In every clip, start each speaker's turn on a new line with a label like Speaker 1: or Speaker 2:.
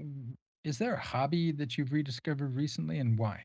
Speaker 1: Mm. Is there a hobby that you've rediscovered recently and why?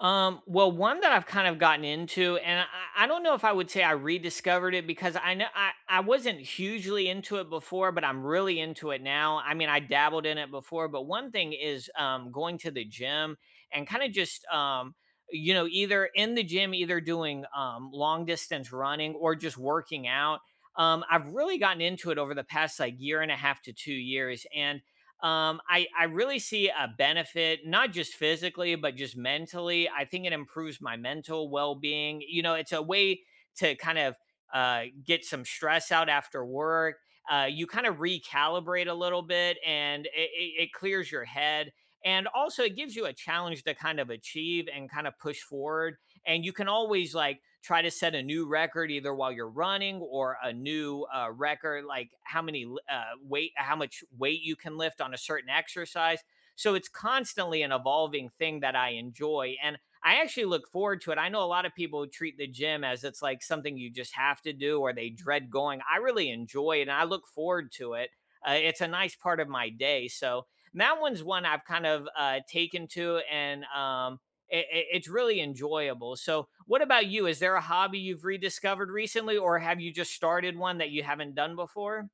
Speaker 2: Well, one that I've kind of gotten into, and I don't know if I would say I rediscovered it because I know I wasn't hugely into it before, but I'm really into it now. I mean, I dabbled in it before, but one thing is going to the gym and kind of just, either in the gym, either doing long distance running or just working out. I've really gotten into it over the past like year and a half to 2 years. And I really see a benefit, not just physically, but just mentally. I think it improves my mental well being. You know, it's a way to kind of get some stress out after work. You kind of recalibrate a little bit, and it clears your head. And also, it gives you a challenge to kind of achieve and kind of push forward, and you can always like try to set a new record either while you're running or a new record like how many weight how much weight you can lift on a certain exercise. So it's constantly an evolving thing that I enjoy, and I actually look forward to it. I know a lot of people treat the gym as it's like something you just have to do, or they dread going. I really enjoy it and I look forward to it. It's a nice part of my day. So that one's one I've kind of taken to, and it's really enjoyable. So, what about you? Is there a hobby you've rediscovered recently, or have you just started one that you haven't done before?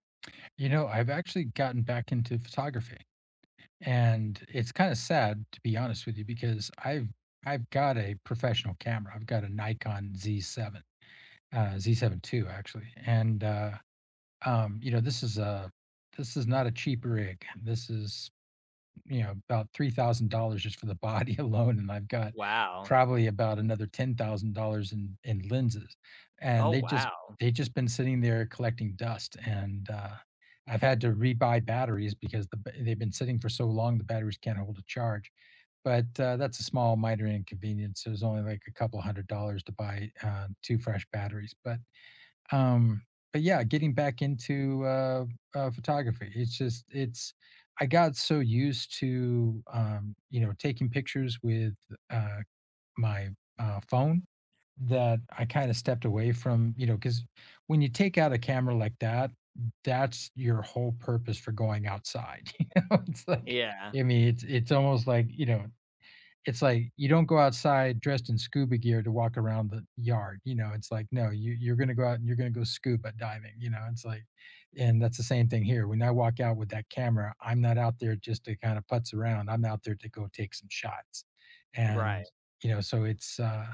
Speaker 1: You know, I've actually gotten back into photography, and it's kind of sad to be honest with you because I've got a professional camera. I've got a Nikon Z7, Z7 II actually. And You know, this is a this is not a cheap rig. This is, about $3,000 just for the body alone, and I've got
Speaker 2: Wow.
Speaker 1: probably about another $10,000 in lenses,
Speaker 2: Oh,
Speaker 1: and they just
Speaker 2: wow.
Speaker 1: they just been sitting there collecting dust, and, I've had to rebuy batteries because they've been sitting for so long, the batteries can't hold a charge. But, that's a small, minor inconvenience. It was only like a couple $100 to buy, 2 fresh batteries, um but yeah, getting back into, photography. It's just, it's I got so used to, taking pictures with, uh my, phone, that I kind of stepped away from, because when you take out a camera like that, that's your whole purpose for going outside. You know, it's like,
Speaker 2: Yeah.
Speaker 1: I mean, it's almost like, you know, it's like, you don't go outside dressed in scuba gear to walk around the yard. You know, it's like, no, you're gonna go out and you're gonna go scuba diving, you know. It's like, and that's the same thing here. When I walk out with that camera, I'm not out there just to kind of putz around. I'm out there to go take some shots.
Speaker 2: Right.
Speaker 1: And, you know, so it's,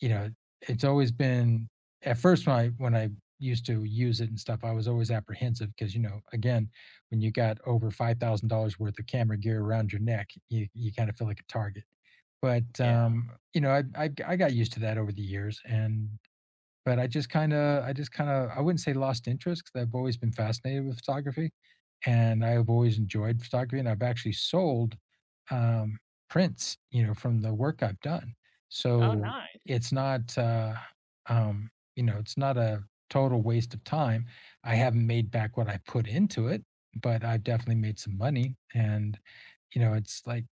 Speaker 1: you know, it's always been, at first when I used to use it and stuff, I was always apprehensive because, you know, again, when you got over $5,000 worth of camera gear around your neck, you kind of feel like a target. But,
Speaker 2: Yeah.
Speaker 1: you know, I got used to that over the years, and but I just kinda, I just kinda I wouldn't say lost interest, because 'cause I've always been fascinated with photography, and I've always enjoyed photography, and I've actually sold, um, prints, you know, from the work I've done.
Speaker 2: Oh,
Speaker 1: So
Speaker 2: nice.
Speaker 1: it's not, you know, it's not a total waste of time. I haven't made back what I put into it, but I've definitely made some money, and you know, it's like,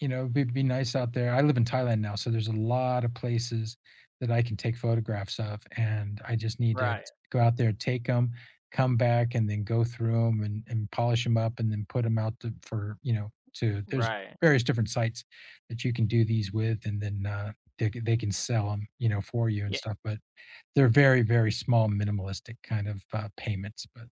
Speaker 1: you know, it'd be nice out there. I live in Thailand now, so there's a lot of places that I can take photographs of, and I just need to
Speaker 2: Right.
Speaker 1: go out there, take them, come back, and then go through them and polish them up, and then put them out to, for, you know, to. There's
Speaker 2: Right.
Speaker 1: various different sites that you can do these with, and then, they they can sell them, you know, for you and
Speaker 2: Yeah.
Speaker 1: stuff. But they're very, very small, minimalistic kind of, payments, but.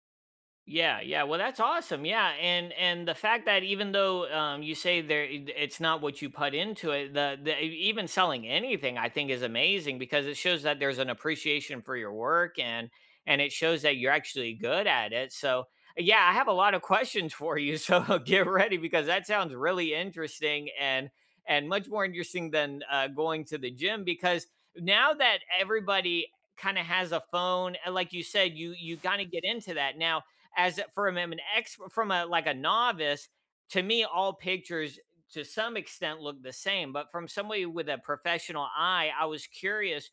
Speaker 2: Yeah, yeah. Well, that's awesome. Yeah, and the fact that even though you say there, it's not what you put into it. Even selling anything, I think, is amazing because it shows that there's an appreciation for your work, and it shows that you're actually good at it. So yeah, I have a lot of questions for you. So get ready because that sounds really interesting, and much more interesting than going to the gym because now that everybody kind of has a phone, and like you said, you kind of get into that now, as from an ex from a like a novice, to me all pictures to some extent look the same, but from somebody with a professional eye. I was curious,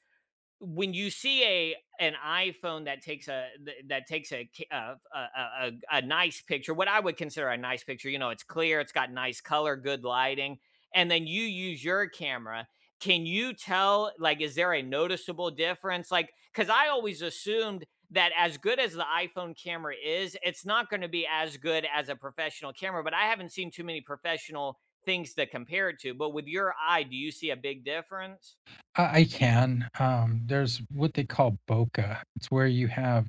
Speaker 2: when you see a an iPhone that takes a uh, a, a a a nice picture, what I would consider a nice picture, you know, it's clear, it's got nice color, good lighting, and then you use your camera. Can you tell? Like, is there a noticeable difference? Like, because I always assumed that as good as the iPhone camera is, it's not going to be as good as a professional camera. But I haven't seen too many professional things to compare it to. But with your eye, do you see a big difference?
Speaker 1: I can. There's what they call bokeh. It's where you have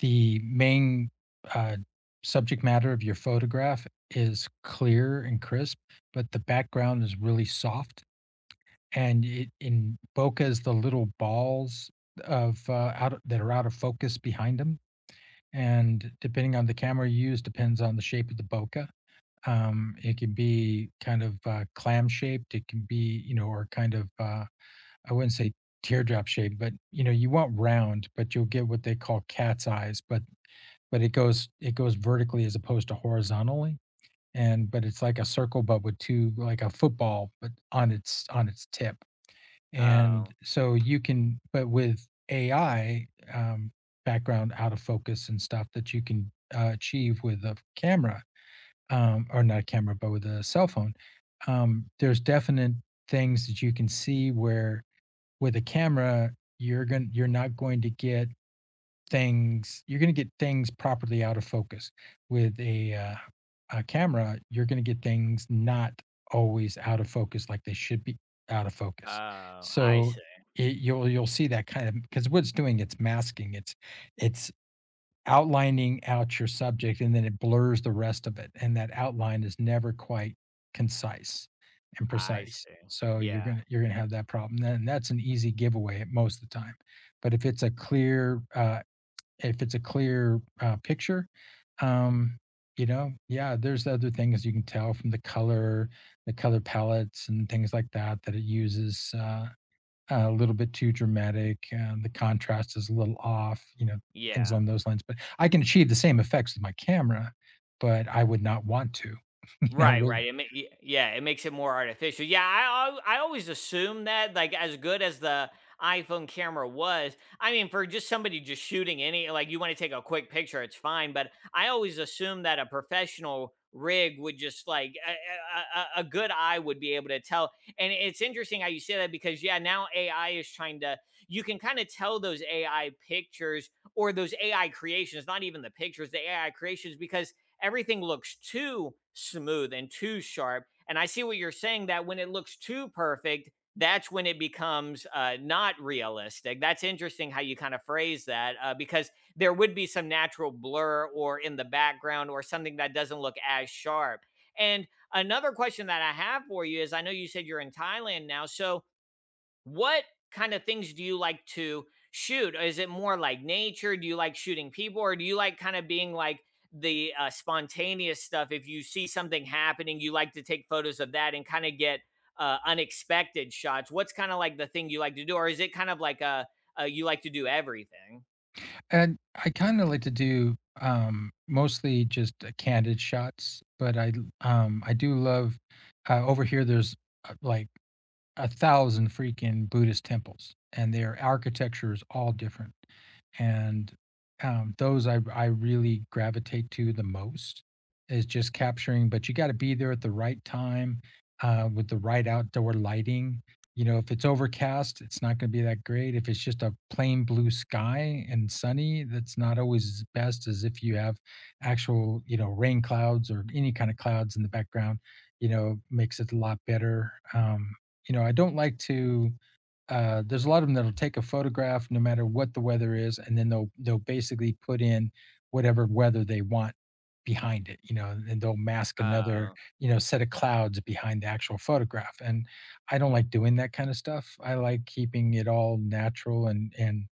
Speaker 1: the main, uh, subject matter of your photograph is clear and crisp, but the background is really soft. And it in bokehs the little balls of, that are out of focus behind them. And depending on the camera you use, depends on the shape of the bokeh. It can be kind of, clam shaped. It can be, you know, or kind of, I wouldn't say teardrop shape, but you know, you want round, but you'll get what they call cat's eyes. But it goes vertically as opposed to horizontally. And but it's like a circle, but with two, like a football, but on its, on its tip. And
Speaker 2: Oh.
Speaker 1: so you can, but with AI, background out of focus and stuff that you can, achieve with a camera, or not a camera, but with a cell phone. Um, there's definite things that you can see where with a camera you're not going to get things, you're going to get things properly out of focus with a, camera, you're going to get things not always out of focus like they should be out of focus,
Speaker 2: Oh, I
Speaker 1: so
Speaker 2: see.
Speaker 1: it, you'll see that kind of, because what it's doing, it's masking, it's outlining out your subject, and then it blurs the rest of it, and that outline is never quite concise and
Speaker 2: I
Speaker 1: precise,
Speaker 2: see.
Speaker 1: so you're
Speaker 2: Yeah.
Speaker 1: gonna you're gonna have that problem, then that's an easy giveaway at most of the time. But if it's a clear, picture, um, you know, yeah, there's other things you can tell from the color palettes and things like that, that it uses, a little bit too dramatic, and the contrast is a little off, you know, things
Speaker 2: Yeah.
Speaker 1: along those lines, but I can achieve the same effects with my camera, but I would not want to, you know,
Speaker 2: Right,
Speaker 1: with,
Speaker 2: right. It ma y Yeah, it makes it more artificial. Yeah, I always assume that, like, as good as the iPhone camera was, I mean, for just somebody just shooting any, like, you wanna take a quick picture, it's fine, but I always assume that a professional rig would just, like, a good eye would be able to tell, and it's interesting how you say that because, yeah, now AI is trying to, you can kinda tell those AI pictures or those AI creations, not even the pictures, the AI creations, because everything looks too smooth and too sharp. And I see what you're saying that when it looks too perfect, that's when it becomes not realistic. That's interesting how you kind of phrase that because there would be some natural blur or in the background or something that doesn't look as sharp. And another question that I have for you is I know you said you're in Thailand now. So, what kind of things do you like to shoot? Is it more like nature? Do you like shooting people, or do you like kind of being like the spontaneous stuff? If you see something happening, you like to take photos of that and kind of get unexpected shots. What's kind of like the thing you like to do, or is it kind of like a you like to do everything?
Speaker 1: and I kinda like to do, mostly just, candid shots, but I, I do love, over here, there's, like a thousand freaking Buddhist temples, and their architecture is all different. And those I really gravitate to the most, is just capturing. But you got to be there at the right time, with the right outdoor lighting. You know, if it's overcast, it's not going to be that great. If it's just a plain blue sky and sunny, that's not always as best as if you have actual, you know, rain clouds or any kind of clouds in the background. You know, makes it a lot better. You know, I don't like to. There's a lot of them that'll take a photograph no matter what the weather is, and then they'll basically put in whatever weather they want behind it, you know, and they'll mask another,
Speaker 2: Uh
Speaker 1: you know, set of clouds behind the actual photograph. And I don't like doing that kind of stuff. I like keeping it all natural, and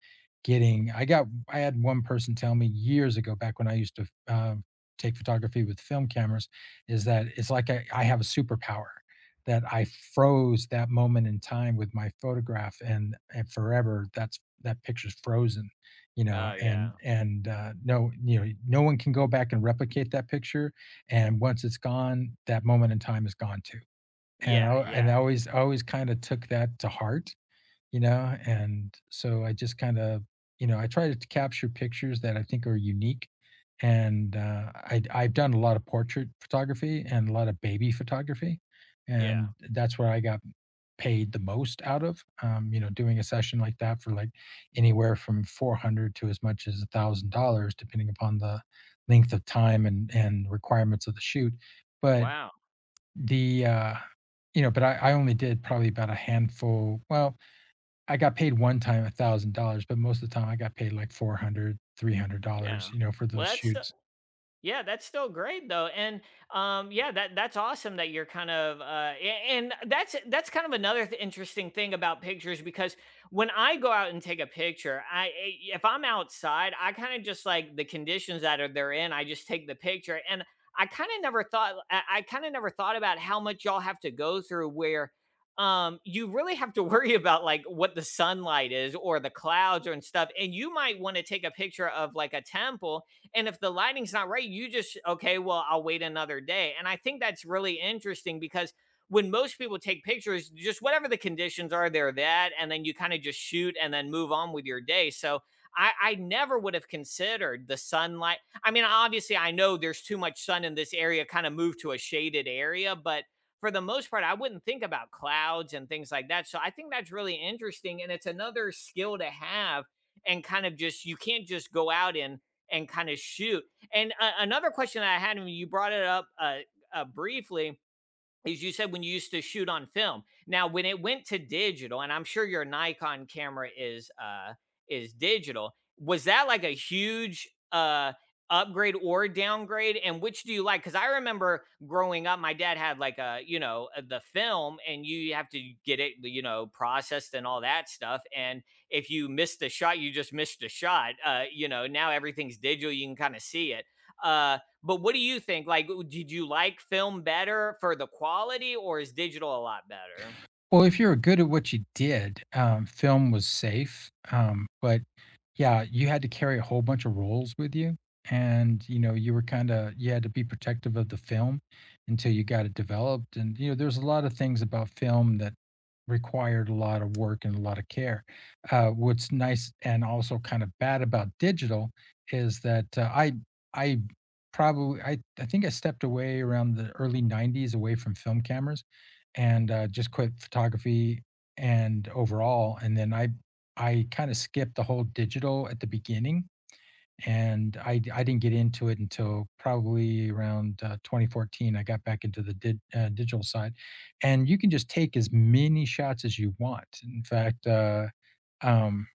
Speaker 1: getting. I had one person tell me years ago back when I used to, take photography with film cameras, is that it's like I have a superpower that I froze that moment in time with my photograph, and forever that's that picture's frozen, you know,
Speaker 2: oh yeah,
Speaker 1: no, you know, no one can go back and replicate that picture, and once it's gone, that moment in time is gone too, and I
Speaker 2: yeah,
Speaker 1: and I
Speaker 2: yeah,
Speaker 1: always, always kinda took that to heart, you know, and so I just kind of, you know, I try to capture pictures that I think are unique. And I've done a lot of portrait photography and a lot of baby photography.
Speaker 2: yeah.
Speaker 1: And that's where I got paid the most out of, you know, doing a session like that for like anywhere from 400 to as much as $1,000, depending upon the length of time and requirements of the shoot. But
Speaker 2: Wow,
Speaker 1: the, you know, but I only did probably about a handful. Well, I got paid one time $1,000, but most of the time I got paid like 400, $300
Speaker 2: yeah.
Speaker 1: you know, for those
Speaker 2: Well, that's.
Speaker 1: shoots.
Speaker 2: Yeah, that's still great though, and yeah, that that's awesome that you're kind of, and that's kind of another interesting thing about pictures because when I go out and take a picture, if I'm outside, I kind of just like the conditions that are they're in, I just take the picture, and I kind of never thought, I kind of never thought about how much y'all have to go through where you really have to worry about like what the sunlight is or the clouds or and stuff, and you might want to take a picture of like a temple, and if the lighting's not right, you just, okay, well, I'll wait another day. And I think that's really interesting because when most people take pictures, just whatever the conditions are, they're that. And then you kind of just shoot and then move on with your day. So I never would have considered the sunlight. I mean, obviously, I know there's too much sun in this area, kind of move to a shaded area, but for the most part, I wouldn't think about clouds and things like that. So I think that's really interesting. And it's another skill to have, and kind of just, you can't just go out and kind of shoot. And another question that I had, and you brought it up briefly, as you said, when you used to shoot on film. Now, when it went to digital, and I'm sure your Nikon camera is digital, was that like a huge upgrade or downgrade? And which do you like? Because I remember growing up, my dad had like a, you know, the film, and you have to get it, you know, processed and all that stuff. And if you missed the shot, you just missed the shot. You know, now everything's digital; you can kind of see it. Uh, but what do you think? Like, did you like film better for the quality, or is digital a lot better?
Speaker 1: Well, if you were good at what you did, film was safe, but yeah, you had to carry a whole bunch of rolls with you, and, you know, you were kinda, you had to be protective of the film until you got it developed, and, you know, there's a lot of things about film that required a lot of work and a lot of care. What's nice and also kind of bad about digital is that, I probably I think I stepped away around the early '90s away from film cameras and, just quit photography and overall, and then I kind of skipped the whole digital at the beginning, and I didn't get into it until probably around, 2014. I got back into the digital side, and you can just take as many shots as you want. In fact, um,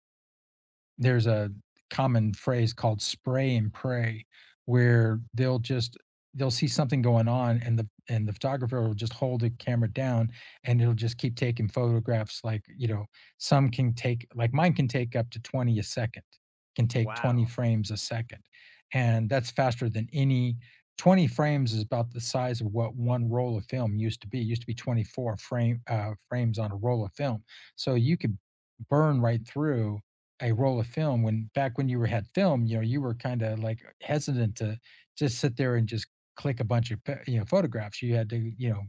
Speaker 1: there's a common phrase called spray and pray, where they'll see something going on, and the photographer will just hold the camera down, and it'll just keep taking photographs like, you know, some can take like mine can take up to 20 a second, can take 20
Speaker 2: Wow.
Speaker 1: frames a second. And that's faster than any. 20 frames is about the size of what one roll of film used to be. It used to be 24 frame, frames on a roll of film. So you could burn right through a roll of film when, back when you were had film, you know, you were kinda, like, hesitant to just sit there and just click a bunch of pi you know, photographs. You had to, you know,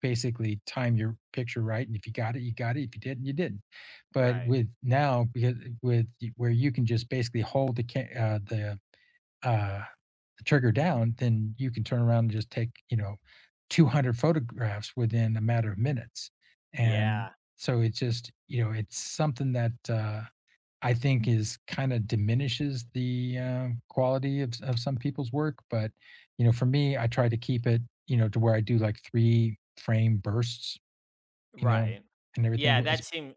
Speaker 1: basically time your picture right, and if you got it, you got it. If you didn't, you didn't. But
Speaker 2: Right.
Speaker 1: with now, because with where you can just basically hold the uh, the trigger down, then you can turn around and just take, you know, 200 photographs within a matter of minutes. And
Speaker 2: Yeah.
Speaker 1: so it's just, you know, it's something that, I think is kind of diminishes the, quality of of some people's work. But you know, for me, I try to keep it, you know, to where I do like three frame bursts, you know,
Speaker 2: Right.
Speaker 1: and
Speaker 2: Yeah,
Speaker 1: everything. It's,
Speaker 2: that seems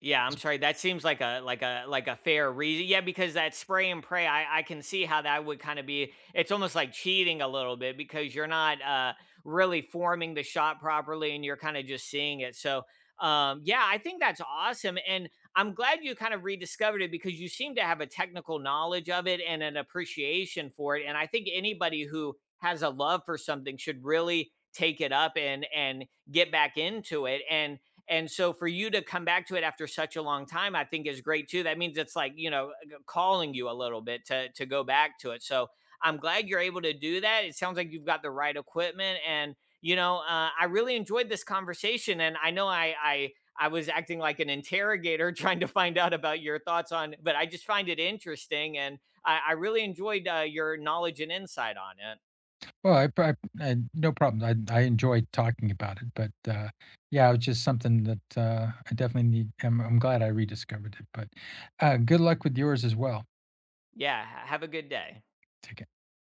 Speaker 2: Yeah, I'm sorry. That seems like a fair reason. Yeah, because that spray and pray, I can see how that would kind of be. It's almost like cheating a little bit because you're not really forming the shot properly and you're kind of just seeing it. So, yeah, I think that's awesome, and I'm glad you kind of rediscovered it because you seem to have a technical knowledge of it and an appreciation for it. And I think anybody who has a love for something should really take it up and get back into it, and so for you to come back to it after such a long time, I think is great too. That means it's like, you know, calling you a little bit to go back to it. So I'm glad you're able to do that. It sounds like you've got the right equipment, and you know, I really enjoyed this conversation, and I know I was acting like an interrogator trying to find out about your thoughts on, but I just find it interesting, and I really enjoyed your knowledge and insight on it.
Speaker 1: well, I no problem. I enjoy talking about it, but yeah, it's just something that, I definitely need. I'm glad I rediscovered it. But good luck with yours as well.
Speaker 2: Yeah, have a good day.
Speaker 1: Take care.